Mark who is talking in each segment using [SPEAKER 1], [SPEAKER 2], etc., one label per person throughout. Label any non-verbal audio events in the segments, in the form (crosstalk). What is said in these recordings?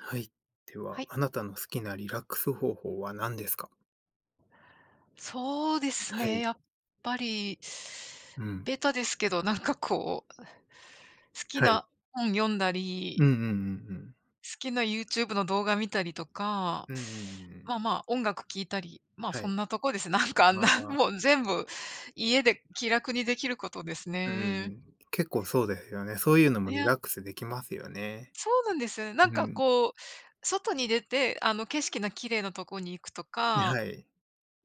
[SPEAKER 1] はい。で
[SPEAKER 2] は
[SPEAKER 1] は、
[SPEAKER 2] い、
[SPEAKER 1] あなたの好きなリラックス方法は何ですか？
[SPEAKER 2] そうです
[SPEAKER 1] は
[SPEAKER 2] ね、
[SPEAKER 1] い。
[SPEAKER 2] やっぱり、
[SPEAKER 1] うん。
[SPEAKER 2] ベタですけど、なんかこう、好き
[SPEAKER 1] はい。
[SPEAKER 2] な本読んだ
[SPEAKER 1] うんう
[SPEAKER 2] り、
[SPEAKER 1] んうんうん。
[SPEAKER 2] 好きな YouTube の動画見たりとか、
[SPEAKER 1] うんうんう
[SPEAKER 2] まあ
[SPEAKER 1] ん。
[SPEAKER 2] まあ、音楽聴いたり、まあ、
[SPEAKER 1] は
[SPEAKER 2] そ
[SPEAKER 1] い。
[SPEAKER 2] んなとこです。(laughs) なんかあん
[SPEAKER 1] ま
[SPEAKER 2] な、
[SPEAKER 1] あ、
[SPEAKER 2] もう全部家で気楽にできることですね。
[SPEAKER 1] うん。結構そうですよね。そういうのも
[SPEAKER 2] い
[SPEAKER 1] リ
[SPEAKER 2] や、
[SPEAKER 1] ラックスできますよね。
[SPEAKER 2] そうなんですよね。なん
[SPEAKER 1] う
[SPEAKER 2] か
[SPEAKER 1] ん。
[SPEAKER 2] こう、外に出て、あの景色の綺麗なとこに行くとか
[SPEAKER 1] はい。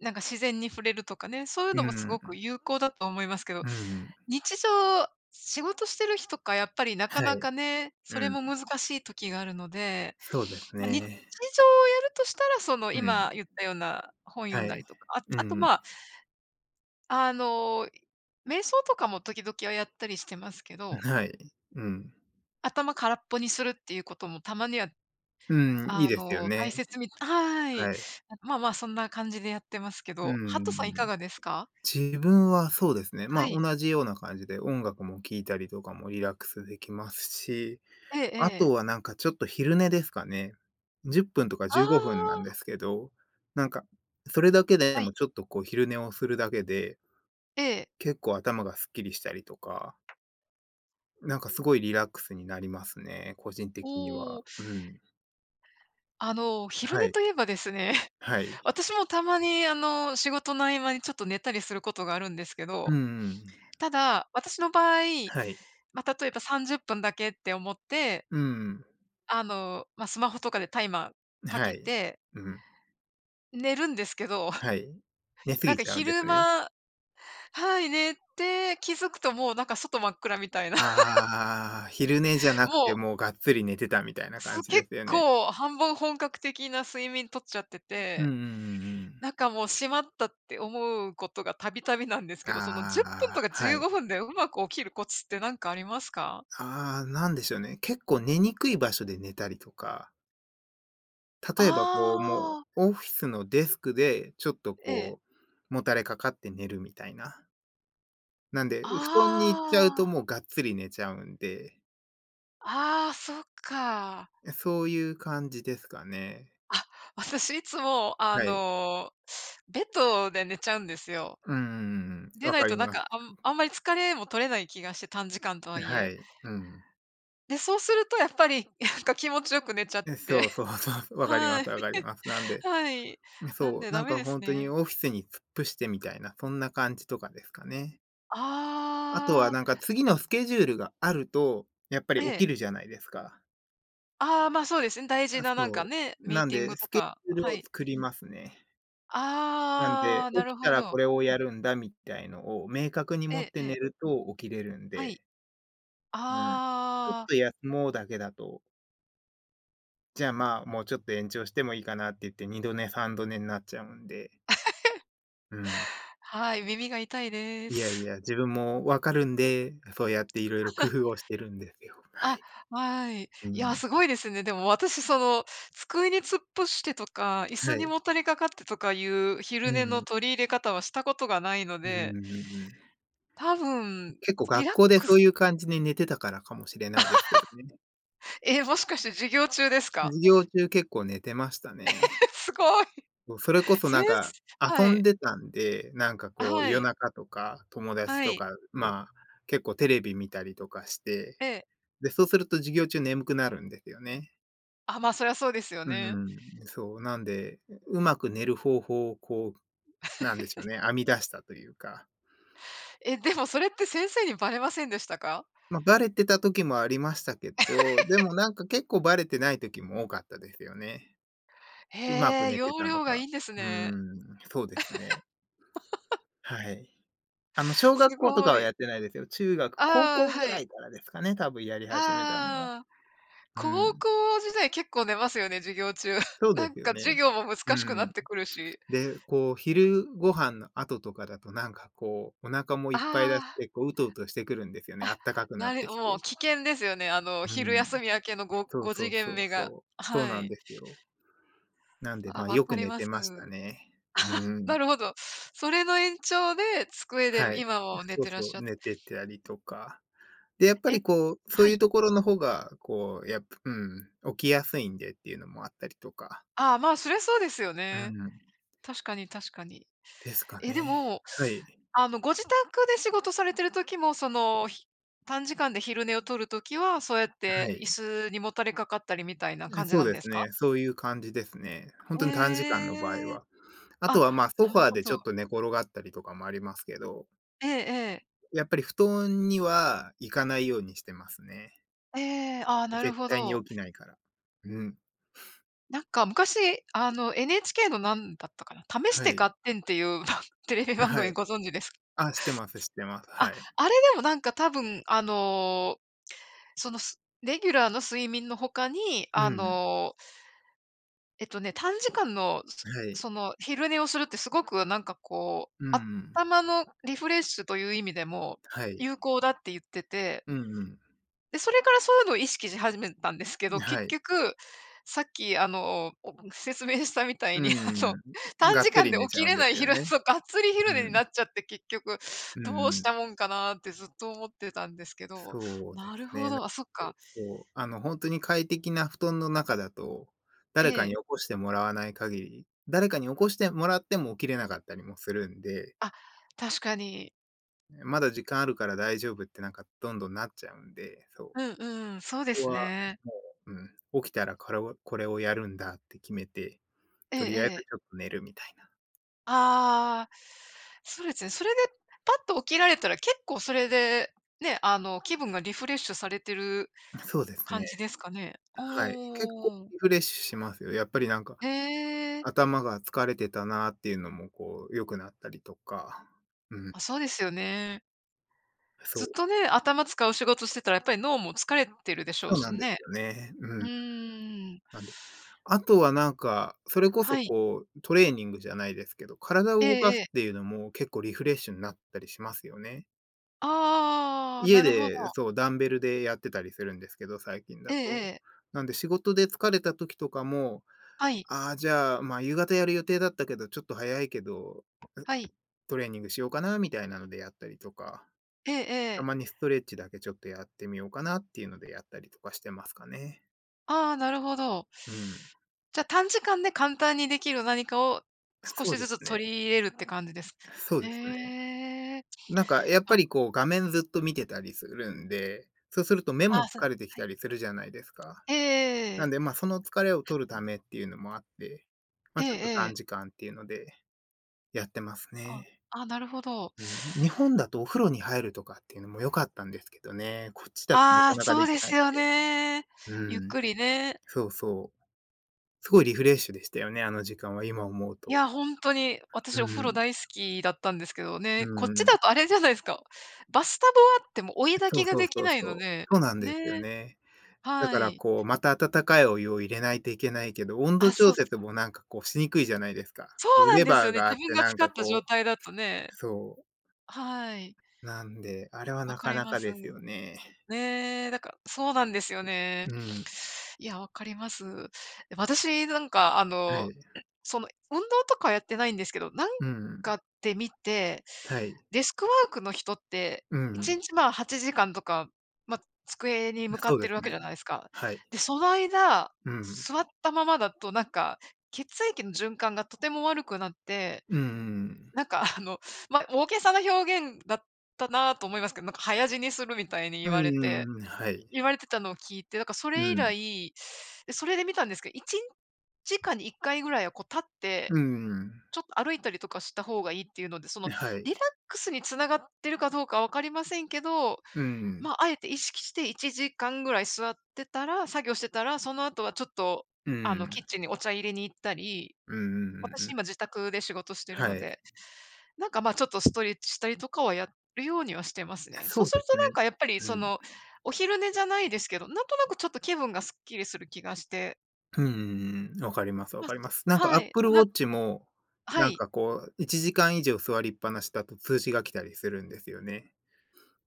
[SPEAKER 2] なんか自然に触れるとかね、そういうの
[SPEAKER 1] う
[SPEAKER 2] もすごく
[SPEAKER 1] ん。
[SPEAKER 2] 有効だと思いますけど、
[SPEAKER 1] うん。
[SPEAKER 2] 日常、仕事してる日とかやっぱりなか
[SPEAKER 1] は
[SPEAKER 2] なか
[SPEAKER 1] い。
[SPEAKER 2] ね、
[SPEAKER 1] う
[SPEAKER 2] それ
[SPEAKER 1] ん。
[SPEAKER 2] も難しい時があるので、
[SPEAKER 1] そうです
[SPEAKER 2] ま、日常
[SPEAKER 1] ね。
[SPEAKER 2] をやるとしたら、その
[SPEAKER 1] うん。
[SPEAKER 2] 今言ったような本読
[SPEAKER 1] は
[SPEAKER 2] んだ
[SPEAKER 1] い。
[SPEAKER 2] りとか、あ
[SPEAKER 1] う
[SPEAKER 2] あと、
[SPEAKER 1] ん。
[SPEAKER 2] まあ、あの、瞑想とかも時々はやったりしてますけど、
[SPEAKER 1] はい。うん。
[SPEAKER 2] 頭空っぽにするっていうこともたまには、
[SPEAKER 1] うん、いいですよ
[SPEAKER 2] 大
[SPEAKER 1] ね。
[SPEAKER 2] 切みはい。
[SPEAKER 1] はい。
[SPEAKER 2] まあまあ、そんな感じでやってますけ
[SPEAKER 1] う
[SPEAKER 2] ど、ハッ
[SPEAKER 1] ん
[SPEAKER 2] ト
[SPEAKER 1] うんう
[SPEAKER 2] さん、いか
[SPEAKER 1] ん。
[SPEAKER 2] がですか？
[SPEAKER 1] 自分はそうですね、ま
[SPEAKER 2] は
[SPEAKER 1] あ、
[SPEAKER 2] い。
[SPEAKER 1] 同じような感じで音楽も聴いたりとかもリラックスできますし、
[SPEAKER 2] えええ
[SPEAKER 1] あと
[SPEAKER 2] え。
[SPEAKER 1] はなんかちょっと昼寝ですかね。10分とか
[SPEAKER 2] あ
[SPEAKER 1] 15分なん
[SPEAKER 2] あ、
[SPEAKER 1] ですけど、なんか、それだけで
[SPEAKER 2] は
[SPEAKER 1] も
[SPEAKER 2] い。
[SPEAKER 1] ちょっとこう昼寝をするだけで、
[SPEAKER 2] ええ。
[SPEAKER 1] 結構頭がすっきりしたりとか、なんかすごいリラックスになりますね、個人
[SPEAKER 2] お
[SPEAKER 1] 的には。
[SPEAKER 2] お、
[SPEAKER 1] うん。
[SPEAKER 2] 昼
[SPEAKER 1] は
[SPEAKER 2] 寝
[SPEAKER 1] い。
[SPEAKER 2] といえばですね、
[SPEAKER 1] は
[SPEAKER 2] (laughs)
[SPEAKER 1] い。
[SPEAKER 2] 私もたまに仕事の合間にちょっと寝たりすることがあるんですけ
[SPEAKER 1] うん
[SPEAKER 2] ど、
[SPEAKER 1] うん。
[SPEAKER 2] ただ、私の場合、
[SPEAKER 1] はい。
[SPEAKER 2] ま、例えば30分だけって思って、
[SPEAKER 1] うん。
[SPEAKER 2] ま、スマホとかでタイマーか
[SPEAKER 1] は
[SPEAKER 2] け
[SPEAKER 1] い。
[SPEAKER 2] て
[SPEAKER 1] うん。
[SPEAKER 2] 寝るんですけど、
[SPEAKER 1] は
[SPEAKER 2] (laughs)
[SPEAKER 1] い。寝す
[SPEAKER 2] なん
[SPEAKER 1] ぎ
[SPEAKER 2] か
[SPEAKER 1] ちゃうんで
[SPEAKER 2] 昼
[SPEAKER 1] すね。
[SPEAKER 2] 間、はい、寝て気づくともうなんか外真っ暗みたいな、(laughs)
[SPEAKER 1] ああ、昼寝じゃなく
[SPEAKER 2] も
[SPEAKER 1] て、もうがっつり寝てたみたい
[SPEAKER 2] う、
[SPEAKER 1] な感じで
[SPEAKER 2] 結
[SPEAKER 1] すよね。
[SPEAKER 2] 構半分本格的な睡眠取っちゃって
[SPEAKER 1] うんう
[SPEAKER 2] て、
[SPEAKER 1] んうんうん。
[SPEAKER 2] なんかもうしまったって思うことがたびたびなんですけど、その10分
[SPEAKER 1] ああ、
[SPEAKER 2] とか
[SPEAKER 1] は
[SPEAKER 2] 15
[SPEAKER 1] い。
[SPEAKER 2] 分でうまく起きるコツってなんかありますか？
[SPEAKER 1] ああ、なんでしょうね。結構寝にくい場所で寝たりとか、
[SPEAKER 2] あ
[SPEAKER 1] 例えばこう、も
[SPEAKER 2] あ、
[SPEAKER 1] うオフィスのデスクでちょっと
[SPEAKER 2] ええ。
[SPEAKER 1] こう、もたれかかって寝るみたいな。なんで、布団に行っちゃうと
[SPEAKER 2] あ
[SPEAKER 1] もうがっつり寝ちゃうんで、
[SPEAKER 2] あ、ああ、そっか。
[SPEAKER 1] そういう感じですかね。
[SPEAKER 2] あ、私いつも
[SPEAKER 1] はい。
[SPEAKER 2] ベッドで寝ちゃうんですよ。
[SPEAKER 1] ううんうんうん。
[SPEAKER 2] で
[SPEAKER 1] わ
[SPEAKER 2] ない
[SPEAKER 1] かり
[SPEAKER 2] となん
[SPEAKER 1] ます。
[SPEAKER 2] か、あんまり疲れも取れない気がして、短時間とはい
[SPEAKER 1] は
[SPEAKER 2] え。
[SPEAKER 1] い。うん。
[SPEAKER 2] で、そうするとやっぱり (laughs) なんか気持ちよく寝ちゃっ
[SPEAKER 1] え、
[SPEAKER 2] て。
[SPEAKER 1] そう
[SPEAKER 2] (laughs)
[SPEAKER 1] そうそうそう、(laughs) わかり
[SPEAKER 2] は
[SPEAKER 1] ま
[SPEAKER 2] い、
[SPEAKER 1] すわかります。なんで、
[SPEAKER 2] はい。なん
[SPEAKER 1] そ
[SPEAKER 2] で
[SPEAKER 1] う、な
[SPEAKER 2] ダ
[SPEAKER 1] ん
[SPEAKER 2] メ
[SPEAKER 1] か
[SPEAKER 2] です
[SPEAKER 1] ほんとに
[SPEAKER 2] ね。
[SPEAKER 1] オフィスに突っ伏してみたいな、そんな感じとかですかね。あとは
[SPEAKER 2] あ
[SPEAKER 1] なんか
[SPEAKER 2] あ、
[SPEAKER 1] 次のスケジュールがあると、やっぱり
[SPEAKER 2] え
[SPEAKER 1] 起き
[SPEAKER 2] え。
[SPEAKER 1] るじゃないですか。
[SPEAKER 2] ああ、ま、あ、そうですね。大事
[SPEAKER 1] あ、
[SPEAKER 2] ななんか
[SPEAKER 1] そ
[SPEAKER 2] ね、
[SPEAKER 1] う。
[SPEAKER 2] ミー
[SPEAKER 1] なん
[SPEAKER 2] ティン
[SPEAKER 1] で、
[SPEAKER 2] グと
[SPEAKER 1] スケ
[SPEAKER 2] か、
[SPEAKER 1] ジュール
[SPEAKER 2] は
[SPEAKER 1] を
[SPEAKER 2] い。
[SPEAKER 1] 作りますね。なん
[SPEAKER 2] あ
[SPEAKER 1] で、
[SPEAKER 2] あ、な
[SPEAKER 1] 起
[SPEAKER 2] る
[SPEAKER 1] きた
[SPEAKER 2] ほ
[SPEAKER 1] らこ
[SPEAKER 2] ど。
[SPEAKER 1] れをやるんだみたいのを明確に
[SPEAKER 2] え
[SPEAKER 1] 持
[SPEAKER 2] え
[SPEAKER 1] って
[SPEAKER 2] ええ、
[SPEAKER 1] 寝ると起きれるん
[SPEAKER 2] はい。
[SPEAKER 1] で、うん。ちょっ
[SPEAKER 2] ああ、
[SPEAKER 1] と休もうだけだと、じゃあ、まあ、もうちょっと延長してもいいかなって言って、2度寝3度寝になっちゃうんで、うん。
[SPEAKER 2] はい、耳が痛いで
[SPEAKER 1] いやい
[SPEAKER 2] す。
[SPEAKER 1] や、自分もわかるんで、そうやっていろいろ工夫
[SPEAKER 2] (laughs)
[SPEAKER 1] をしてるんですよ。は
[SPEAKER 2] あ、
[SPEAKER 1] い。
[SPEAKER 2] はい。
[SPEAKER 1] う
[SPEAKER 2] いや、
[SPEAKER 1] ん。
[SPEAKER 2] すごいですね。でも私、その、机に突っ伏してとか、椅
[SPEAKER 1] は
[SPEAKER 2] 子に
[SPEAKER 1] い。
[SPEAKER 2] もたれかかってとかいう昼
[SPEAKER 1] う
[SPEAKER 2] 寝の
[SPEAKER 1] ん。
[SPEAKER 2] 取り入れ方はしたことがないの
[SPEAKER 1] うん
[SPEAKER 2] で、
[SPEAKER 1] うんうん。
[SPEAKER 2] 多分
[SPEAKER 1] 結構
[SPEAKER 2] リラ
[SPEAKER 1] 学
[SPEAKER 2] ッ
[SPEAKER 1] 校で
[SPEAKER 2] ク
[SPEAKER 1] そ
[SPEAKER 2] ス、
[SPEAKER 1] ういう感じで寝てたからかもしれないですけどね。
[SPEAKER 2] もしかして授業中ですか？
[SPEAKER 1] 授業中結構寝てましたね。
[SPEAKER 2] (laughs) すごい。
[SPEAKER 1] それこそ
[SPEAKER 2] 先
[SPEAKER 1] なんか、
[SPEAKER 2] 生、
[SPEAKER 1] 遊
[SPEAKER 2] は
[SPEAKER 1] ん
[SPEAKER 2] い。
[SPEAKER 1] でたんで、なんかこう
[SPEAKER 2] は
[SPEAKER 1] 夜
[SPEAKER 2] い。
[SPEAKER 1] 中とか友達
[SPEAKER 2] はい。
[SPEAKER 1] と
[SPEAKER 2] はい。
[SPEAKER 1] か、まあ、結構テレビ見たりとかして、
[SPEAKER 2] ええ。
[SPEAKER 1] で、そうすると授業中眠くなるんですよね。
[SPEAKER 2] あ、まあ、そりゃそうですよ
[SPEAKER 1] う
[SPEAKER 2] ね。
[SPEAKER 1] ん、そう、なんで、うまく寝る方法をこうなんでしょうね、編み出したというか。
[SPEAKER 2] え、でもそれって先生にバレませんでしたか？
[SPEAKER 1] まあ、バレてた時もありましたけど、でもなんか結構バレてない時も多かったですよね。うま
[SPEAKER 2] へ
[SPEAKER 1] く
[SPEAKER 2] え、
[SPEAKER 1] 寝て
[SPEAKER 2] 容
[SPEAKER 1] たの
[SPEAKER 2] 量がい
[SPEAKER 1] か。
[SPEAKER 2] いんですね。
[SPEAKER 1] そうですね。はい。あの、小
[SPEAKER 2] す
[SPEAKER 1] 学校とか
[SPEAKER 2] ご
[SPEAKER 1] は
[SPEAKER 2] い。
[SPEAKER 1] やってないですよ。中学、高
[SPEAKER 2] ああ、
[SPEAKER 1] 校ぐ
[SPEAKER 2] は
[SPEAKER 1] ら
[SPEAKER 2] い。
[SPEAKER 1] いからですかね、多分やり始めたのは。
[SPEAKER 2] ああ、
[SPEAKER 1] う
[SPEAKER 2] 高
[SPEAKER 1] ん、
[SPEAKER 2] 校時代結構寝ますよね、授業中。(laughs)
[SPEAKER 1] そう
[SPEAKER 2] な
[SPEAKER 1] で
[SPEAKER 2] ん
[SPEAKER 1] すよ
[SPEAKER 2] か授
[SPEAKER 1] ね。
[SPEAKER 2] 業も難しくな
[SPEAKER 1] うん。
[SPEAKER 2] ってくるし。
[SPEAKER 1] で、こう昼ご飯の後とかだとなんかこう、お腹もい
[SPEAKER 2] あ
[SPEAKER 1] っぱいだし、
[SPEAKER 2] あ、
[SPEAKER 1] 結構うとうとしてくるんですよね、あったかくなってき
[SPEAKER 2] もう
[SPEAKER 1] て。
[SPEAKER 2] 危険ですよね、
[SPEAKER 1] う
[SPEAKER 2] 昼
[SPEAKER 1] ん。
[SPEAKER 2] 休み明けのご
[SPEAKER 1] そう
[SPEAKER 2] 5
[SPEAKER 1] そ
[SPEAKER 2] 次
[SPEAKER 1] うそ
[SPEAKER 2] 元
[SPEAKER 1] う
[SPEAKER 2] 目が。
[SPEAKER 1] そう。そう
[SPEAKER 2] は
[SPEAKER 1] なん
[SPEAKER 2] い。
[SPEAKER 1] ですよ。なんで、
[SPEAKER 2] あ、
[SPEAKER 1] まあ、
[SPEAKER 2] わ
[SPEAKER 1] よ
[SPEAKER 2] か
[SPEAKER 1] く
[SPEAKER 2] り
[SPEAKER 1] 寝
[SPEAKER 2] ま
[SPEAKER 1] て
[SPEAKER 2] す。
[SPEAKER 1] ましたね。う
[SPEAKER 2] な
[SPEAKER 1] ん。
[SPEAKER 2] るほど。それの延長で、机で
[SPEAKER 1] はい。
[SPEAKER 2] 今も寝
[SPEAKER 1] そう
[SPEAKER 2] てらっ
[SPEAKER 1] そ
[SPEAKER 2] し
[SPEAKER 1] う、
[SPEAKER 2] ゃって、
[SPEAKER 1] 寝てたりとか。で、やっぱ
[SPEAKER 2] え、
[SPEAKER 1] りこう、そ
[SPEAKER 2] は
[SPEAKER 1] ういう
[SPEAKER 2] い。
[SPEAKER 1] ところの方が、こう、やっぱ起きやすいんでっていうのもあったりとか。
[SPEAKER 2] ああ、まあ、そりゃそうですよ
[SPEAKER 1] う
[SPEAKER 2] ね。
[SPEAKER 1] ん、
[SPEAKER 2] 確かに確かに。
[SPEAKER 1] ですか
[SPEAKER 2] え、で
[SPEAKER 1] ね。
[SPEAKER 2] も、
[SPEAKER 1] はい、
[SPEAKER 2] ご自宅で仕事されてる時も、短時間で昼寝を取る時は、そうやっ
[SPEAKER 1] は
[SPEAKER 2] て椅
[SPEAKER 1] い。
[SPEAKER 2] 子にもたれかかったりみたいな感じ
[SPEAKER 1] そ
[SPEAKER 2] な
[SPEAKER 1] う
[SPEAKER 2] ん
[SPEAKER 1] で
[SPEAKER 2] で
[SPEAKER 1] す
[SPEAKER 2] すか？
[SPEAKER 1] ね、そういう感じですね。本当に短時間の場合
[SPEAKER 2] ええ。
[SPEAKER 1] は。あ
[SPEAKER 2] あ、
[SPEAKER 1] とは、まあ、ソ
[SPEAKER 2] な
[SPEAKER 1] フ
[SPEAKER 2] る
[SPEAKER 1] ァー
[SPEAKER 2] ほ
[SPEAKER 1] でち
[SPEAKER 2] ど。
[SPEAKER 1] ょっと寝転がったりとかもありますけど、
[SPEAKER 2] ええええ。
[SPEAKER 1] やっぱり布団には行かないようにしてますね。
[SPEAKER 2] ええ、ああ、なる
[SPEAKER 1] 絶
[SPEAKER 2] ほ
[SPEAKER 1] 対に起
[SPEAKER 2] ど。
[SPEAKER 1] きないから。うん。
[SPEAKER 2] なんか昔、NHK のなんだったかな、試し
[SPEAKER 1] は
[SPEAKER 2] て
[SPEAKER 1] い。
[SPEAKER 2] ガッテンっていう、(laughs) テレビ番
[SPEAKER 1] は
[SPEAKER 2] 組
[SPEAKER 1] い。
[SPEAKER 2] ご存知ですか？
[SPEAKER 1] あ、知ってます知ってます。
[SPEAKER 2] あ、
[SPEAKER 1] はい。
[SPEAKER 2] あれでもなんか多分、そのレギュラーの睡眠の他に、
[SPEAKER 1] うん。
[SPEAKER 2] 短時間の、
[SPEAKER 1] はい。
[SPEAKER 2] その昼寝をするってすごくなんかこ
[SPEAKER 1] う
[SPEAKER 2] う、
[SPEAKER 1] ん。
[SPEAKER 2] 頭のリフレッシュという意味でも
[SPEAKER 1] はい。
[SPEAKER 2] 有効だって言ってて、
[SPEAKER 1] うん。
[SPEAKER 2] で、それからそういうのを意識し始めたんですけど、結
[SPEAKER 1] はい。
[SPEAKER 2] 局、さっきお (laughs) 説明したみた
[SPEAKER 1] う
[SPEAKER 2] いに、(laughs)
[SPEAKER 1] ん。
[SPEAKER 2] 短
[SPEAKER 1] がっ
[SPEAKER 2] 時
[SPEAKER 1] つ
[SPEAKER 2] 間
[SPEAKER 1] り
[SPEAKER 2] で
[SPEAKER 1] 寝ち
[SPEAKER 2] 起
[SPEAKER 1] ゃ
[SPEAKER 2] き
[SPEAKER 1] うん
[SPEAKER 2] れ
[SPEAKER 1] で
[SPEAKER 2] ない
[SPEAKER 1] すよ
[SPEAKER 2] 昼
[SPEAKER 1] ね。
[SPEAKER 2] そう、がっつり昼
[SPEAKER 1] う
[SPEAKER 2] 寝にな
[SPEAKER 1] ん。
[SPEAKER 2] っちゃって結局
[SPEAKER 1] う
[SPEAKER 2] どう
[SPEAKER 1] ん
[SPEAKER 2] し
[SPEAKER 1] うん。
[SPEAKER 2] たもんかなってずっと思ってたんですけど、
[SPEAKER 1] そうで
[SPEAKER 2] なる
[SPEAKER 1] す
[SPEAKER 2] ほ
[SPEAKER 1] ね。な
[SPEAKER 2] ど、あ、そっか。
[SPEAKER 1] そう、あの、本当に快適な布団の中だと、
[SPEAKER 2] え
[SPEAKER 1] 誰かに
[SPEAKER 2] え、
[SPEAKER 1] 起こしてもらわない限り、誰かに起こしてもらっても起きれなかったりもするんで、
[SPEAKER 2] あ、確かに。
[SPEAKER 1] まだ時間あるから大丈夫ってなんかどんどんなっちゃうんで、そう。
[SPEAKER 2] うんうん、そうで
[SPEAKER 1] ここ
[SPEAKER 2] す
[SPEAKER 1] は、
[SPEAKER 2] ね。
[SPEAKER 1] もう、起きたらこれをやるんだって決めて、
[SPEAKER 2] ええ
[SPEAKER 1] とり
[SPEAKER 2] え
[SPEAKER 1] あえず
[SPEAKER 2] え。
[SPEAKER 1] ちょっと寝るみたいな。
[SPEAKER 2] ああ、そうですね。それでパッと起きられたら、結構それで、ね、あの、気分がリフレッシュされてる
[SPEAKER 1] そうです
[SPEAKER 2] 感
[SPEAKER 1] ね。
[SPEAKER 2] じですかね？
[SPEAKER 1] はい。結構
[SPEAKER 2] おお。
[SPEAKER 1] リフレッシュしますよ。やっぱりなんか、
[SPEAKER 2] へえ。
[SPEAKER 1] 頭が疲れてたなっていうのもこう良くなったりとか。うん。
[SPEAKER 2] あ、そうですよね。
[SPEAKER 1] そ
[SPEAKER 2] ずっ
[SPEAKER 1] う、
[SPEAKER 2] とね、頭使う仕事してたらやっぱり脳も疲れてるでしょう
[SPEAKER 1] そう
[SPEAKER 2] し
[SPEAKER 1] なんです
[SPEAKER 2] ね。
[SPEAKER 1] よね。う
[SPEAKER 2] う
[SPEAKER 1] ん。
[SPEAKER 2] ーん。
[SPEAKER 1] なんで、あとはなんか、それこそ
[SPEAKER 2] はい。
[SPEAKER 1] こうトレーニングじゃないですけど、体
[SPEAKER 2] え
[SPEAKER 1] を動か
[SPEAKER 2] ええ
[SPEAKER 1] すって
[SPEAKER 2] え。
[SPEAKER 1] いうのも結構リフレッシュになったりしますよね。
[SPEAKER 2] ああ、
[SPEAKER 1] 家
[SPEAKER 2] なるほど。
[SPEAKER 1] で、そう、ダンベルでやってたりするんですけど、最近
[SPEAKER 2] え
[SPEAKER 1] だ
[SPEAKER 2] え
[SPEAKER 1] と。
[SPEAKER 2] ええ。
[SPEAKER 1] なんで仕事で疲れた時とかも、
[SPEAKER 2] はい、
[SPEAKER 1] じゃあ、夕方やる予定だったけど、ちょっと早いけど、う
[SPEAKER 2] はい。
[SPEAKER 1] トレーニングしようかなみたいなのでやったりとか、
[SPEAKER 2] ええ
[SPEAKER 1] た
[SPEAKER 2] ええ。
[SPEAKER 1] まにストレッチだけちょっとやってみようかなっていうのでやったりとかしてますかね。
[SPEAKER 2] ああ、なるほど。
[SPEAKER 1] うん。
[SPEAKER 2] じゃ、あ、短時間で簡単にできる何かを少
[SPEAKER 1] そ
[SPEAKER 2] し
[SPEAKER 1] うで
[SPEAKER 2] ず
[SPEAKER 1] す
[SPEAKER 2] つ
[SPEAKER 1] ね。
[SPEAKER 2] 取り入れるって感じです。
[SPEAKER 1] そうですね。
[SPEAKER 2] へえ。
[SPEAKER 1] なんかやっぱ
[SPEAKER 2] あ、
[SPEAKER 1] りこう画面ずっと見てたりするんで、そうすると目
[SPEAKER 2] ああ、
[SPEAKER 1] も疲れてき
[SPEAKER 2] は
[SPEAKER 1] た
[SPEAKER 2] い。
[SPEAKER 1] りするじゃないですか。
[SPEAKER 2] えええええ
[SPEAKER 1] なん
[SPEAKER 2] え。
[SPEAKER 1] で、まあ、その疲れを取るためっていうのもあって、まあ、ちょっと短時間っていうのでやってます
[SPEAKER 2] あ、
[SPEAKER 1] ね。
[SPEAKER 2] あ、なるほど。
[SPEAKER 1] うん、日本だとお風呂に入るとかっていうのも良かったんですけどね、こっちだとな
[SPEAKER 2] あ
[SPEAKER 1] か
[SPEAKER 2] あ、
[SPEAKER 1] なか
[SPEAKER 2] そ
[SPEAKER 1] で
[SPEAKER 2] う
[SPEAKER 1] き
[SPEAKER 2] で
[SPEAKER 1] ない
[SPEAKER 2] す
[SPEAKER 1] ん
[SPEAKER 2] よ
[SPEAKER 1] で。
[SPEAKER 2] ね。ゆっ
[SPEAKER 1] うん、
[SPEAKER 2] くりね。
[SPEAKER 1] そうそう。すごいリフレッシュでしたよね、あの時間は今思う
[SPEAKER 2] い
[SPEAKER 1] と。
[SPEAKER 2] や、ほんとに
[SPEAKER 1] う
[SPEAKER 2] 私お風呂
[SPEAKER 1] ん、
[SPEAKER 2] 大好きだったんですけど
[SPEAKER 1] う
[SPEAKER 2] ね、こっち
[SPEAKER 1] ん。
[SPEAKER 2] だとあれじゃないですか、バスタブはあっても追い焚
[SPEAKER 1] そ
[SPEAKER 2] き
[SPEAKER 1] う
[SPEAKER 2] が
[SPEAKER 1] そう
[SPEAKER 2] でき
[SPEAKER 1] そう
[SPEAKER 2] ないの
[SPEAKER 1] そう。
[SPEAKER 2] で、
[SPEAKER 1] そうなんですよ
[SPEAKER 2] ね、
[SPEAKER 1] ね。だ
[SPEAKER 2] は
[SPEAKER 1] から
[SPEAKER 2] い。
[SPEAKER 1] こう、また温かいお湯を入れないといけないけど、温度
[SPEAKER 2] あ、そ
[SPEAKER 1] 調
[SPEAKER 2] う、
[SPEAKER 1] 節もなんかこうしにくいじゃないですか。
[SPEAKER 2] そうなん
[SPEAKER 1] レ
[SPEAKER 2] です
[SPEAKER 1] バ
[SPEAKER 2] よ
[SPEAKER 1] ー
[SPEAKER 2] ね。
[SPEAKER 1] があ
[SPEAKER 2] 自
[SPEAKER 1] っ
[SPEAKER 2] 分
[SPEAKER 1] て
[SPEAKER 2] が
[SPEAKER 1] なん
[SPEAKER 2] 使
[SPEAKER 1] か
[SPEAKER 2] った状
[SPEAKER 1] こ
[SPEAKER 2] 態だと
[SPEAKER 1] う
[SPEAKER 2] ね。
[SPEAKER 1] そう。
[SPEAKER 2] はい。
[SPEAKER 1] なんで、あれは
[SPEAKER 2] わ
[SPEAKER 1] な
[SPEAKER 2] か
[SPEAKER 1] か
[SPEAKER 2] り
[SPEAKER 1] な
[SPEAKER 2] ま
[SPEAKER 1] か
[SPEAKER 2] す。
[SPEAKER 1] ですよね。
[SPEAKER 2] ねえ、だからそうなんですよね。
[SPEAKER 1] うん。
[SPEAKER 2] いや、わかります。私なんか、あ
[SPEAKER 1] は
[SPEAKER 2] の、
[SPEAKER 1] い。
[SPEAKER 2] その、運動とかはやってないんですけど、なん
[SPEAKER 1] うん。
[SPEAKER 2] かで見て、
[SPEAKER 1] はい。
[SPEAKER 2] デスクワークの人って、
[SPEAKER 1] う
[SPEAKER 2] 1
[SPEAKER 1] ん。
[SPEAKER 2] 日まあ、8時間とか、まあ、机に向かっ
[SPEAKER 1] そう
[SPEAKER 2] て
[SPEAKER 1] で
[SPEAKER 2] る
[SPEAKER 1] す
[SPEAKER 2] わけじ
[SPEAKER 1] ね。
[SPEAKER 2] ゃないですか。
[SPEAKER 1] はい。
[SPEAKER 2] で、その間、
[SPEAKER 1] うん。
[SPEAKER 2] 座ったままだとなんか、血液の循環がとても悪くなって、
[SPEAKER 1] うんうんうん。
[SPEAKER 2] なんかあの、ま、大げさな表現だったなと思いますけど、なんか早死にするみたいに
[SPEAKER 1] うんうんうん。はい。
[SPEAKER 2] 言われてたのを聞いて、だからそ
[SPEAKER 1] う
[SPEAKER 2] れ以
[SPEAKER 1] ん。
[SPEAKER 2] 来、で、それで見たんですけど、1時間に1回ぐらいはこう立って、
[SPEAKER 1] うんうんうん。
[SPEAKER 2] ちょっと歩いたりとかした方がいいっていうので、その
[SPEAKER 1] は
[SPEAKER 2] リラッ
[SPEAKER 1] い。
[SPEAKER 2] クスに繋がってるかどうか分かりませんけど、
[SPEAKER 1] うん。
[SPEAKER 2] ま、あえて意識して1時間ぐらい座ってたら作業してたら、その後はちょっと、
[SPEAKER 1] う
[SPEAKER 2] あの、キッ
[SPEAKER 1] ん。
[SPEAKER 2] チンにお茶入れに行ったり、
[SPEAKER 1] うんうんうん
[SPEAKER 2] 私
[SPEAKER 1] うん。
[SPEAKER 2] 今自宅で仕事してるの
[SPEAKER 1] はい。
[SPEAKER 2] でなんか、ま、ちょっとストレッチしたりとかはやるようにはしてますね。そ
[SPEAKER 1] そ
[SPEAKER 2] う
[SPEAKER 1] う
[SPEAKER 2] す
[SPEAKER 1] で
[SPEAKER 2] ると
[SPEAKER 1] す
[SPEAKER 2] な
[SPEAKER 1] ね。
[SPEAKER 2] んかやっぱり
[SPEAKER 1] う
[SPEAKER 2] そ
[SPEAKER 1] ん。
[SPEAKER 2] の、お昼寝じゃないですけど、なんとなくちょっと気分がすっきりする気がして。
[SPEAKER 1] うんはいうんうんうんはいうんうんうんうんはいそうですねうんうんうんんわかります
[SPEAKER 2] ま
[SPEAKER 1] わ
[SPEAKER 2] あ、
[SPEAKER 1] かります。なんか
[SPEAKER 2] はい。
[SPEAKER 1] Apple
[SPEAKER 2] な、
[SPEAKER 1] Watch も、
[SPEAKER 2] は
[SPEAKER 1] なん
[SPEAKER 2] い。
[SPEAKER 1] かこう、1時間以上座りっぱなしだと通知が来たりするんですよね。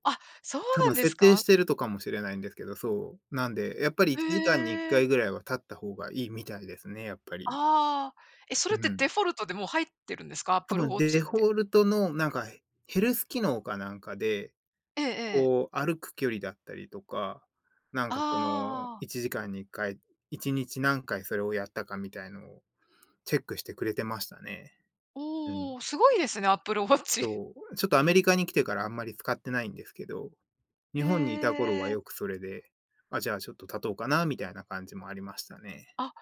[SPEAKER 2] あ、そう
[SPEAKER 1] 多
[SPEAKER 2] なん
[SPEAKER 1] 分
[SPEAKER 2] で
[SPEAKER 1] 設
[SPEAKER 2] す
[SPEAKER 1] 定し
[SPEAKER 2] か？
[SPEAKER 1] てるとかもしれないんですけど、そう。なんで、やっぱり
[SPEAKER 2] へ
[SPEAKER 1] 1時間に1
[SPEAKER 2] え。
[SPEAKER 1] 回ぐらいは経った方がいいみたいですね、やっぱり。
[SPEAKER 2] ああ。え、それ
[SPEAKER 1] う
[SPEAKER 2] ってデ
[SPEAKER 1] ん。
[SPEAKER 2] フォルトでもう入ってるんですか
[SPEAKER 1] 多
[SPEAKER 2] ？Apple
[SPEAKER 1] 分
[SPEAKER 2] Watch
[SPEAKER 1] デ
[SPEAKER 2] って。
[SPEAKER 1] フォルトのなんかヘルス機能かなんかで、
[SPEAKER 2] ええええ。
[SPEAKER 1] こう歩く距離だったりとか、なんかその
[SPEAKER 2] ああ。
[SPEAKER 1] 1時間に1回、1日何回それをやったかみたいのをチェックしてくれてましたね。うん。
[SPEAKER 2] おお、すごいですね、Apple Watch。(laughs)
[SPEAKER 1] そう。ちょっとアメリカに来てからあんまり使ってないんですけど日
[SPEAKER 2] へ
[SPEAKER 1] 本にいた頃は
[SPEAKER 2] え。
[SPEAKER 1] よくそれで、あ、じゃあちょっと立とうかなみたいな感じもありましたね。
[SPEAKER 2] あ、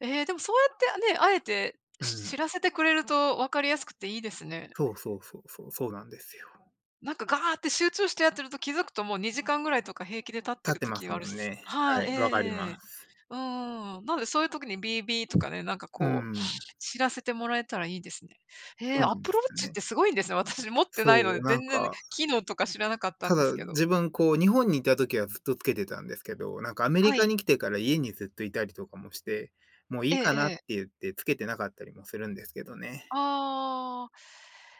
[SPEAKER 2] ええ、でもそうやってね、あえて
[SPEAKER 1] うん。
[SPEAKER 2] 知らせてくれると分かりやすくていいですね。
[SPEAKER 1] そうそうそうそう、そうなんですよ。
[SPEAKER 2] なんかガーって集中してやってると気づくともう2時間ぐらいとか平気で立って
[SPEAKER 1] 立っ
[SPEAKER 2] る
[SPEAKER 1] てま
[SPEAKER 2] 時
[SPEAKER 1] す
[SPEAKER 2] はある
[SPEAKER 1] もん
[SPEAKER 2] し、
[SPEAKER 1] ね。
[SPEAKER 2] は
[SPEAKER 1] は
[SPEAKER 2] い、え
[SPEAKER 1] い、わかり
[SPEAKER 2] ええ
[SPEAKER 1] ま
[SPEAKER 2] え。
[SPEAKER 1] す。
[SPEAKER 2] うん、んなのでそういう時に BB とかね、なんか
[SPEAKER 1] う
[SPEAKER 2] こう、
[SPEAKER 1] ん、
[SPEAKER 2] 知らせてもらえたらいいですね。へ
[SPEAKER 1] そ
[SPEAKER 2] え、
[SPEAKER 1] うなんで
[SPEAKER 2] Apple
[SPEAKER 1] すよ
[SPEAKER 2] Watch っ
[SPEAKER 1] ね。
[SPEAKER 2] てすごいんですね。私持ってないの
[SPEAKER 1] そ
[SPEAKER 2] で、
[SPEAKER 1] う、なん
[SPEAKER 2] 全然
[SPEAKER 1] か、
[SPEAKER 2] 機能とか知らなかった
[SPEAKER 1] た
[SPEAKER 2] んです
[SPEAKER 1] だ
[SPEAKER 2] けど。
[SPEAKER 1] 自分こう日本にいた時はずっとつけてたんですけど、なんかアメリ
[SPEAKER 2] は
[SPEAKER 1] カ
[SPEAKER 2] い。
[SPEAKER 1] に来てから家にずっといたりとかもして、もうい
[SPEAKER 2] え
[SPEAKER 1] い
[SPEAKER 2] え
[SPEAKER 1] か
[SPEAKER 2] え
[SPEAKER 1] なって
[SPEAKER 2] え。
[SPEAKER 1] 言ってつけてなかったりもするんですけどね。
[SPEAKER 2] ああ。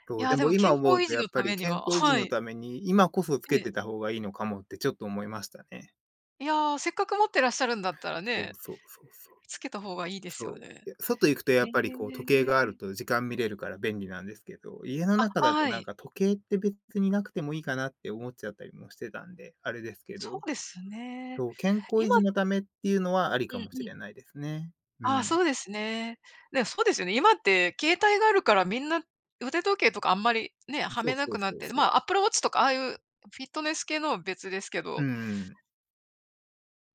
[SPEAKER 1] そ
[SPEAKER 2] い
[SPEAKER 1] う、で
[SPEAKER 2] や、で
[SPEAKER 1] も
[SPEAKER 2] も健
[SPEAKER 1] 今思う
[SPEAKER 2] 康維
[SPEAKER 1] と
[SPEAKER 2] 持
[SPEAKER 1] やっ
[SPEAKER 2] のた
[SPEAKER 1] ぱり
[SPEAKER 2] めに
[SPEAKER 1] 健
[SPEAKER 2] は
[SPEAKER 1] 康維持
[SPEAKER 2] は
[SPEAKER 1] の
[SPEAKER 2] い。
[SPEAKER 1] ために、今こそつ
[SPEAKER 2] え
[SPEAKER 1] けてた
[SPEAKER 2] え。
[SPEAKER 1] 方がいいのかもってちょっと思いましたね。
[SPEAKER 2] いや、せっかく持ってらっしゃるんだったら
[SPEAKER 1] そう
[SPEAKER 2] ね、
[SPEAKER 1] そうそうそう。
[SPEAKER 2] つけた方がいいです
[SPEAKER 1] そ
[SPEAKER 2] よ
[SPEAKER 1] う。
[SPEAKER 2] ね。
[SPEAKER 1] いや、外行くとや
[SPEAKER 2] え
[SPEAKER 1] っぱりこう時計がある
[SPEAKER 2] え。
[SPEAKER 1] と時間見れるから便利なんですけど、家の
[SPEAKER 2] あ、
[SPEAKER 1] 中だと
[SPEAKER 2] は
[SPEAKER 1] なん
[SPEAKER 2] い。
[SPEAKER 1] か時計って別になくてもいいかなって思っちゃったりもしてたんで、あれですけ
[SPEAKER 2] そ
[SPEAKER 1] ど、
[SPEAKER 2] うですね。
[SPEAKER 1] そう、健康維持
[SPEAKER 2] 今
[SPEAKER 1] のためっていうのはあり
[SPEAKER 2] う
[SPEAKER 1] か
[SPEAKER 2] ん
[SPEAKER 1] もし
[SPEAKER 2] うん。
[SPEAKER 1] れないですね。
[SPEAKER 2] あ
[SPEAKER 1] う
[SPEAKER 2] あ、
[SPEAKER 1] ん。
[SPEAKER 2] そうですね。でもそうですよね。今って携帯があるから、みんな腕時計とかあんまりね、は
[SPEAKER 1] そ
[SPEAKER 2] め
[SPEAKER 1] う
[SPEAKER 2] な
[SPEAKER 1] そ
[SPEAKER 2] く
[SPEAKER 1] う
[SPEAKER 2] なっ
[SPEAKER 1] そう
[SPEAKER 2] て、
[SPEAKER 1] そ
[SPEAKER 2] ま、
[SPEAKER 1] う。
[SPEAKER 2] アップルウォッチとかああいうフィットネス系のは別ですけど、
[SPEAKER 1] うん。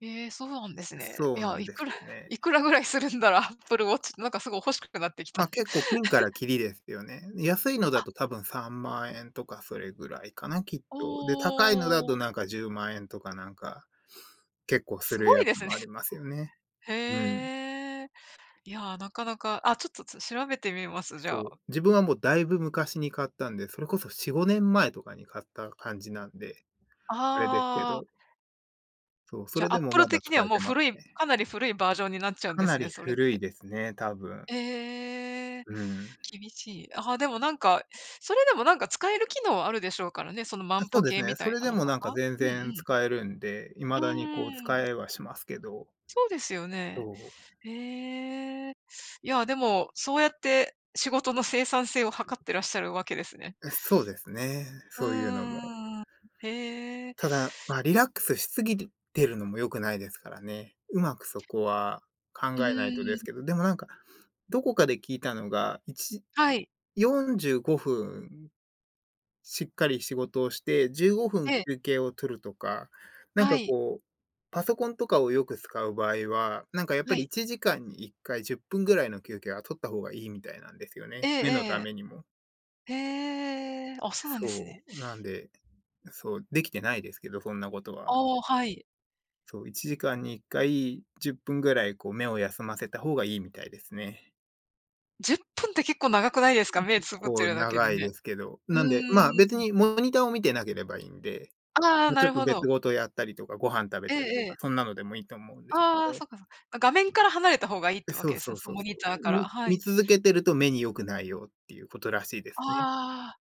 [SPEAKER 2] ええ、そうなんですね。い
[SPEAKER 1] そうな
[SPEAKER 2] や、
[SPEAKER 1] ん
[SPEAKER 2] い
[SPEAKER 1] で
[SPEAKER 2] く
[SPEAKER 1] す
[SPEAKER 2] ら
[SPEAKER 1] よ
[SPEAKER 2] (laughs)
[SPEAKER 1] ね。
[SPEAKER 2] いくらぐらいするんだろう、アップルウォッチって、なんかすごい欲しくなってきた。
[SPEAKER 1] ま、結構ピンからキリですよね。
[SPEAKER 2] (laughs)
[SPEAKER 1] 安いのだ
[SPEAKER 2] あ、
[SPEAKER 1] と多分3万円とかそれぐらいかな、きっ
[SPEAKER 2] お
[SPEAKER 1] と。で、高いのだと
[SPEAKER 2] お、
[SPEAKER 1] なんか10万円とかなんか結構す
[SPEAKER 2] す
[SPEAKER 1] る
[SPEAKER 2] ご
[SPEAKER 1] や
[SPEAKER 2] い
[SPEAKER 1] つ
[SPEAKER 2] です
[SPEAKER 1] も
[SPEAKER 2] ね。
[SPEAKER 1] ありますよね。
[SPEAKER 2] (laughs)
[SPEAKER 1] うん。
[SPEAKER 2] へえ。いや、なかなか、ちょっと、調べてみます、じ
[SPEAKER 1] そ
[SPEAKER 2] ゃ
[SPEAKER 1] う。
[SPEAKER 2] あ。
[SPEAKER 1] 自分はもうだいぶ昔に買ったんで、それこそ4、5年前とかに買った感じなんで、あれですけ
[SPEAKER 2] あ
[SPEAKER 1] ど、
[SPEAKER 2] あ、
[SPEAKER 1] そう、
[SPEAKER 2] じ
[SPEAKER 1] そ
[SPEAKER 2] ゃ
[SPEAKER 1] れ
[SPEAKER 2] あ、ア
[SPEAKER 1] で
[SPEAKER 2] ッ
[SPEAKER 1] も
[SPEAKER 2] プル
[SPEAKER 1] まだ
[SPEAKER 2] 的に
[SPEAKER 1] 使
[SPEAKER 2] は
[SPEAKER 1] え
[SPEAKER 2] もう
[SPEAKER 1] てます
[SPEAKER 2] 古い、
[SPEAKER 1] ね。
[SPEAKER 2] かなり古いバージョンになっちゃうん
[SPEAKER 1] か
[SPEAKER 2] で
[SPEAKER 1] な
[SPEAKER 2] すね、
[SPEAKER 1] り
[SPEAKER 2] それっ
[SPEAKER 1] 古い
[SPEAKER 2] て。
[SPEAKER 1] ですね、多分。
[SPEAKER 2] ええ、
[SPEAKER 1] うん。
[SPEAKER 2] 厳しい。ああ、でもなんか、それでもなんか使える機能あるでしょうからね、その万
[SPEAKER 1] そう
[SPEAKER 2] 歩
[SPEAKER 1] です
[SPEAKER 2] 計み
[SPEAKER 1] ね、
[SPEAKER 2] た
[SPEAKER 1] そ
[SPEAKER 2] い
[SPEAKER 1] れ
[SPEAKER 2] な
[SPEAKER 1] で
[SPEAKER 2] の
[SPEAKER 1] も
[SPEAKER 2] と
[SPEAKER 1] なんか
[SPEAKER 2] か。
[SPEAKER 1] 全
[SPEAKER 2] うんう
[SPEAKER 1] 然
[SPEAKER 2] ん。
[SPEAKER 1] 使えるんで、
[SPEAKER 2] う
[SPEAKER 1] 未
[SPEAKER 2] ー
[SPEAKER 1] だにこう使
[SPEAKER 2] ん、
[SPEAKER 1] えはしますけど、
[SPEAKER 2] そうですよね。
[SPEAKER 1] そう。
[SPEAKER 2] ええ。いや、でも、そうやって仕事の生産性を測ってらっしゃるわけですね。
[SPEAKER 1] そうですね、
[SPEAKER 2] う
[SPEAKER 1] そういうのも。
[SPEAKER 2] ーん。へえ。
[SPEAKER 1] ただ、まあ、リラックスしすぎてるのも良くないですからね。うまくそこは考
[SPEAKER 2] う
[SPEAKER 1] えないと
[SPEAKER 2] ー
[SPEAKER 1] ですけ
[SPEAKER 2] ん、
[SPEAKER 1] ど、でもなんか、どこかで聞いたのが、
[SPEAKER 2] はい。
[SPEAKER 1] 45分しっかり仕事をして、15分
[SPEAKER 2] ええ、
[SPEAKER 1] 休憩を取るとか、なん
[SPEAKER 2] は
[SPEAKER 1] か
[SPEAKER 2] い、
[SPEAKER 1] こう、パソコンとかをよく使う場合は、なんかやっぱ
[SPEAKER 2] は
[SPEAKER 1] り
[SPEAKER 2] い。
[SPEAKER 1] 1時間に1回10分ぐらいの休憩は取った方がいいみたいなんですよ
[SPEAKER 2] え
[SPEAKER 1] ね。目のた
[SPEAKER 2] え
[SPEAKER 1] めにも。
[SPEAKER 2] ええ。へえ、あ、そうなんです
[SPEAKER 1] そ
[SPEAKER 2] ね。
[SPEAKER 1] う、なんで、そう、できてないですけど、そんなこと
[SPEAKER 2] あ
[SPEAKER 1] は。
[SPEAKER 2] あ、はい。
[SPEAKER 1] そう、1時間に1回10分ぐらいこう目を休ませた方がいいみたいですね。
[SPEAKER 2] 10分っぷんって結構長くないですか？目
[SPEAKER 1] 結
[SPEAKER 2] つぶって
[SPEAKER 1] 構
[SPEAKER 2] るだけで
[SPEAKER 1] 長い
[SPEAKER 2] ね。
[SPEAKER 1] ですけど。
[SPEAKER 2] う
[SPEAKER 1] なんで、まあ、別
[SPEAKER 2] ーん。
[SPEAKER 1] にモニターを見てなければいいんで、
[SPEAKER 2] ああ、
[SPEAKER 1] ま、
[SPEAKER 2] な
[SPEAKER 1] ちょ
[SPEAKER 2] る
[SPEAKER 1] っと
[SPEAKER 2] ほ
[SPEAKER 1] 別
[SPEAKER 2] ど。
[SPEAKER 1] 事やったりとか、ご飯食べ
[SPEAKER 2] ええ
[SPEAKER 1] たりと
[SPEAKER 2] え
[SPEAKER 1] か、そ
[SPEAKER 2] え。
[SPEAKER 1] んなのでもいいと思うんですけ
[SPEAKER 2] ああ、そ
[SPEAKER 1] ど。
[SPEAKER 2] っかそっか。画面から離れた方がいいってわ
[SPEAKER 1] そ
[SPEAKER 2] け
[SPEAKER 1] う
[SPEAKER 2] です
[SPEAKER 1] そ
[SPEAKER 2] ね、
[SPEAKER 1] う
[SPEAKER 2] その
[SPEAKER 1] そう
[SPEAKER 2] モ
[SPEAKER 1] そ
[SPEAKER 2] ニターか
[SPEAKER 1] う。
[SPEAKER 2] ら。
[SPEAKER 1] み
[SPEAKER 2] は
[SPEAKER 1] 見
[SPEAKER 2] い。
[SPEAKER 1] 続けてると目に良くないよっていうことらしいですね。
[SPEAKER 2] ああ、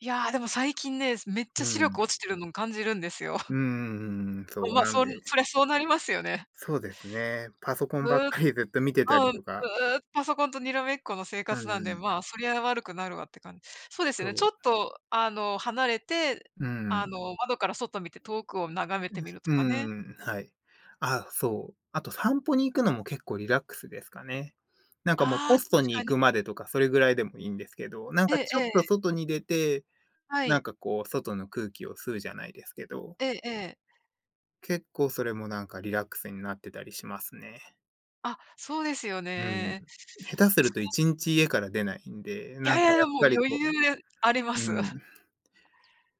[SPEAKER 2] いや、でも最近ね、めっちゃ
[SPEAKER 1] う
[SPEAKER 2] 視力
[SPEAKER 1] ん。
[SPEAKER 2] 落ちてるのを感じるんですよ。
[SPEAKER 1] うんう
[SPEAKER 2] (laughs)
[SPEAKER 1] んうんうんそう、なん
[SPEAKER 2] そ
[SPEAKER 1] で、
[SPEAKER 2] そりゃそうなりますよね。
[SPEAKER 1] そうですね。パソコン
[SPEAKER 2] ず
[SPEAKER 1] ばっ
[SPEAKER 2] っ
[SPEAKER 1] かりずっと見てたり
[SPEAKER 2] うん、ず
[SPEAKER 1] とか、
[SPEAKER 2] っとパソコンとにらめっこの生
[SPEAKER 1] う
[SPEAKER 2] 活なんで、
[SPEAKER 1] ん、
[SPEAKER 2] まあ、そりゃ悪くなるわって感じ。そうですよ
[SPEAKER 1] そ
[SPEAKER 2] ね、ちょっ
[SPEAKER 1] う、
[SPEAKER 2] と離れて、
[SPEAKER 1] うん
[SPEAKER 2] 窓から外見て遠くを眺めてみると
[SPEAKER 1] う
[SPEAKER 2] かね。
[SPEAKER 1] ん、はい。あ、そう。あと散歩に行くのも結構リラックスですかね。なんかもう
[SPEAKER 2] あ
[SPEAKER 1] ポ
[SPEAKER 2] あ、確
[SPEAKER 1] ストに
[SPEAKER 2] か
[SPEAKER 1] 行く
[SPEAKER 2] に。
[SPEAKER 1] までとか、それぐらいでもいいんですけど、なん
[SPEAKER 2] え
[SPEAKER 1] か
[SPEAKER 2] え
[SPEAKER 1] ち
[SPEAKER 2] え
[SPEAKER 1] ょっと
[SPEAKER 2] え、
[SPEAKER 1] 外に出て、
[SPEAKER 2] は
[SPEAKER 1] なん
[SPEAKER 2] い。
[SPEAKER 1] かこう外の空気を吸うじゃないですけど、
[SPEAKER 2] ええええ。
[SPEAKER 1] 結構それもなんかリラックスになってたりしますね。
[SPEAKER 2] あ、そうですよ
[SPEAKER 1] うん。
[SPEAKER 2] ね。
[SPEAKER 1] 下手する
[SPEAKER 2] つ
[SPEAKER 1] と
[SPEAKER 2] な
[SPEAKER 1] 1日家から出ないんで、
[SPEAKER 2] いや
[SPEAKER 1] な
[SPEAKER 2] い
[SPEAKER 1] んか
[SPEAKER 2] やいや、
[SPEAKER 1] やっ
[SPEAKER 2] もう
[SPEAKER 1] ぱり
[SPEAKER 2] 余
[SPEAKER 1] こう
[SPEAKER 2] 裕でありま
[SPEAKER 1] う
[SPEAKER 2] す。(laughs)
[SPEAKER 1] ん、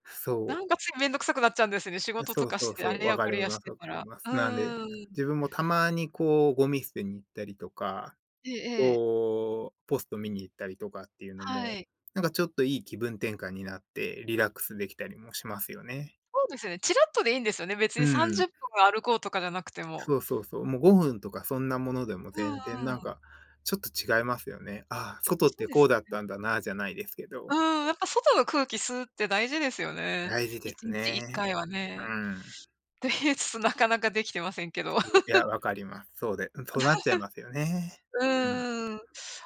[SPEAKER 1] そ
[SPEAKER 2] なんかついめんどくさくなっちゃうんですよね。仕
[SPEAKER 1] う、
[SPEAKER 2] 事
[SPEAKER 1] そ
[SPEAKER 2] と
[SPEAKER 1] う
[SPEAKER 2] か
[SPEAKER 1] そ
[SPEAKER 2] し
[SPEAKER 1] う
[SPEAKER 2] て、
[SPEAKER 1] そ
[SPEAKER 2] あ
[SPEAKER 1] う、
[SPEAKER 2] れ
[SPEAKER 1] 分
[SPEAKER 2] や
[SPEAKER 1] か
[SPEAKER 2] こ
[SPEAKER 1] り
[SPEAKER 2] れやし
[SPEAKER 1] ます
[SPEAKER 2] て
[SPEAKER 1] 分
[SPEAKER 2] た
[SPEAKER 1] かり
[SPEAKER 2] ら。
[SPEAKER 1] ま
[SPEAKER 2] う
[SPEAKER 1] す。なんで、
[SPEAKER 2] ーん。
[SPEAKER 1] 自分もたまにこうゴミ捨てに行ったりとか
[SPEAKER 2] ええええ。
[SPEAKER 1] こう、ポスト見に行ったりとかっていうの
[SPEAKER 2] は
[SPEAKER 1] も、
[SPEAKER 2] い。
[SPEAKER 1] なんかちょっといい気分転換になって、リラックスできたりもしますよね。
[SPEAKER 2] そうですね。ちらっとでいいんですよね。別
[SPEAKER 1] う
[SPEAKER 2] に30
[SPEAKER 1] ん。
[SPEAKER 2] 分歩こうとかじゃなくても。
[SPEAKER 1] そうそうそう。もう5分とかそんなものでも
[SPEAKER 2] うん
[SPEAKER 1] 全然
[SPEAKER 2] う
[SPEAKER 1] なん
[SPEAKER 2] ん。
[SPEAKER 1] か、ちょっと違いますよね。ああ、外っ
[SPEAKER 2] そう
[SPEAKER 1] て
[SPEAKER 2] で
[SPEAKER 1] こ
[SPEAKER 2] す。
[SPEAKER 1] うだったんだな、じゃないですけ
[SPEAKER 2] う
[SPEAKER 1] ど。
[SPEAKER 2] ーん、やっぱ外の空気吸うって大事ですよね。
[SPEAKER 1] 大事で
[SPEAKER 2] 1
[SPEAKER 1] す
[SPEAKER 2] 日1
[SPEAKER 1] ね。
[SPEAKER 2] 回は
[SPEAKER 1] う
[SPEAKER 2] ね。
[SPEAKER 1] ん。
[SPEAKER 2] と言いつつ、なかなかできてませんけど。
[SPEAKER 1] すごいや、わかります。そうでそうなっちゃいますよね。
[SPEAKER 2] う
[SPEAKER 1] うん。
[SPEAKER 2] ーん、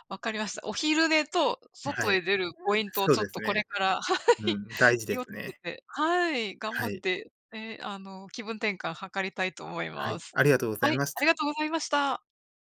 [SPEAKER 2] 分かりました。お昼寝と
[SPEAKER 1] は
[SPEAKER 2] 外
[SPEAKER 1] い。
[SPEAKER 2] へ出るポイントを
[SPEAKER 1] そう
[SPEAKER 2] ちょ
[SPEAKER 1] で
[SPEAKER 2] っ
[SPEAKER 1] す
[SPEAKER 2] とこ
[SPEAKER 1] ね。
[SPEAKER 2] れから、 (laughs) は
[SPEAKER 1] う
[SPEAKER 2] い、
[SPEAKER 1] ん、大事
[SPEAKER 2] 気
[SPEAKER 1] で
[SPEAKER 2] をつ
[SPEAKER 1] す
[SPEAKER 2] け
[SPEAKER 1] ね。
[SPEAKER 2] て、はい、頑張
[SPEAKER 1] は
[SPEAKER 2] っ
[SPEAKER 1] い。
[SPEAKER 2] て、気分転換図りたいと思い
[SPEAKER 1] は
[SPEAKER 2] ま
[SPEAKER 1] い、
[SPEAKER 2] す。
[SPEAKER 1] ありがとうござ
[SPEAKER 2] は
[SPEAKER 1] い
[SPEAKER 2] い、
[SPEAKER 1] まし
[SPEAKER 2] あ
[SPEAKER 1] た。
[SPEAKER 2] りがとうございました。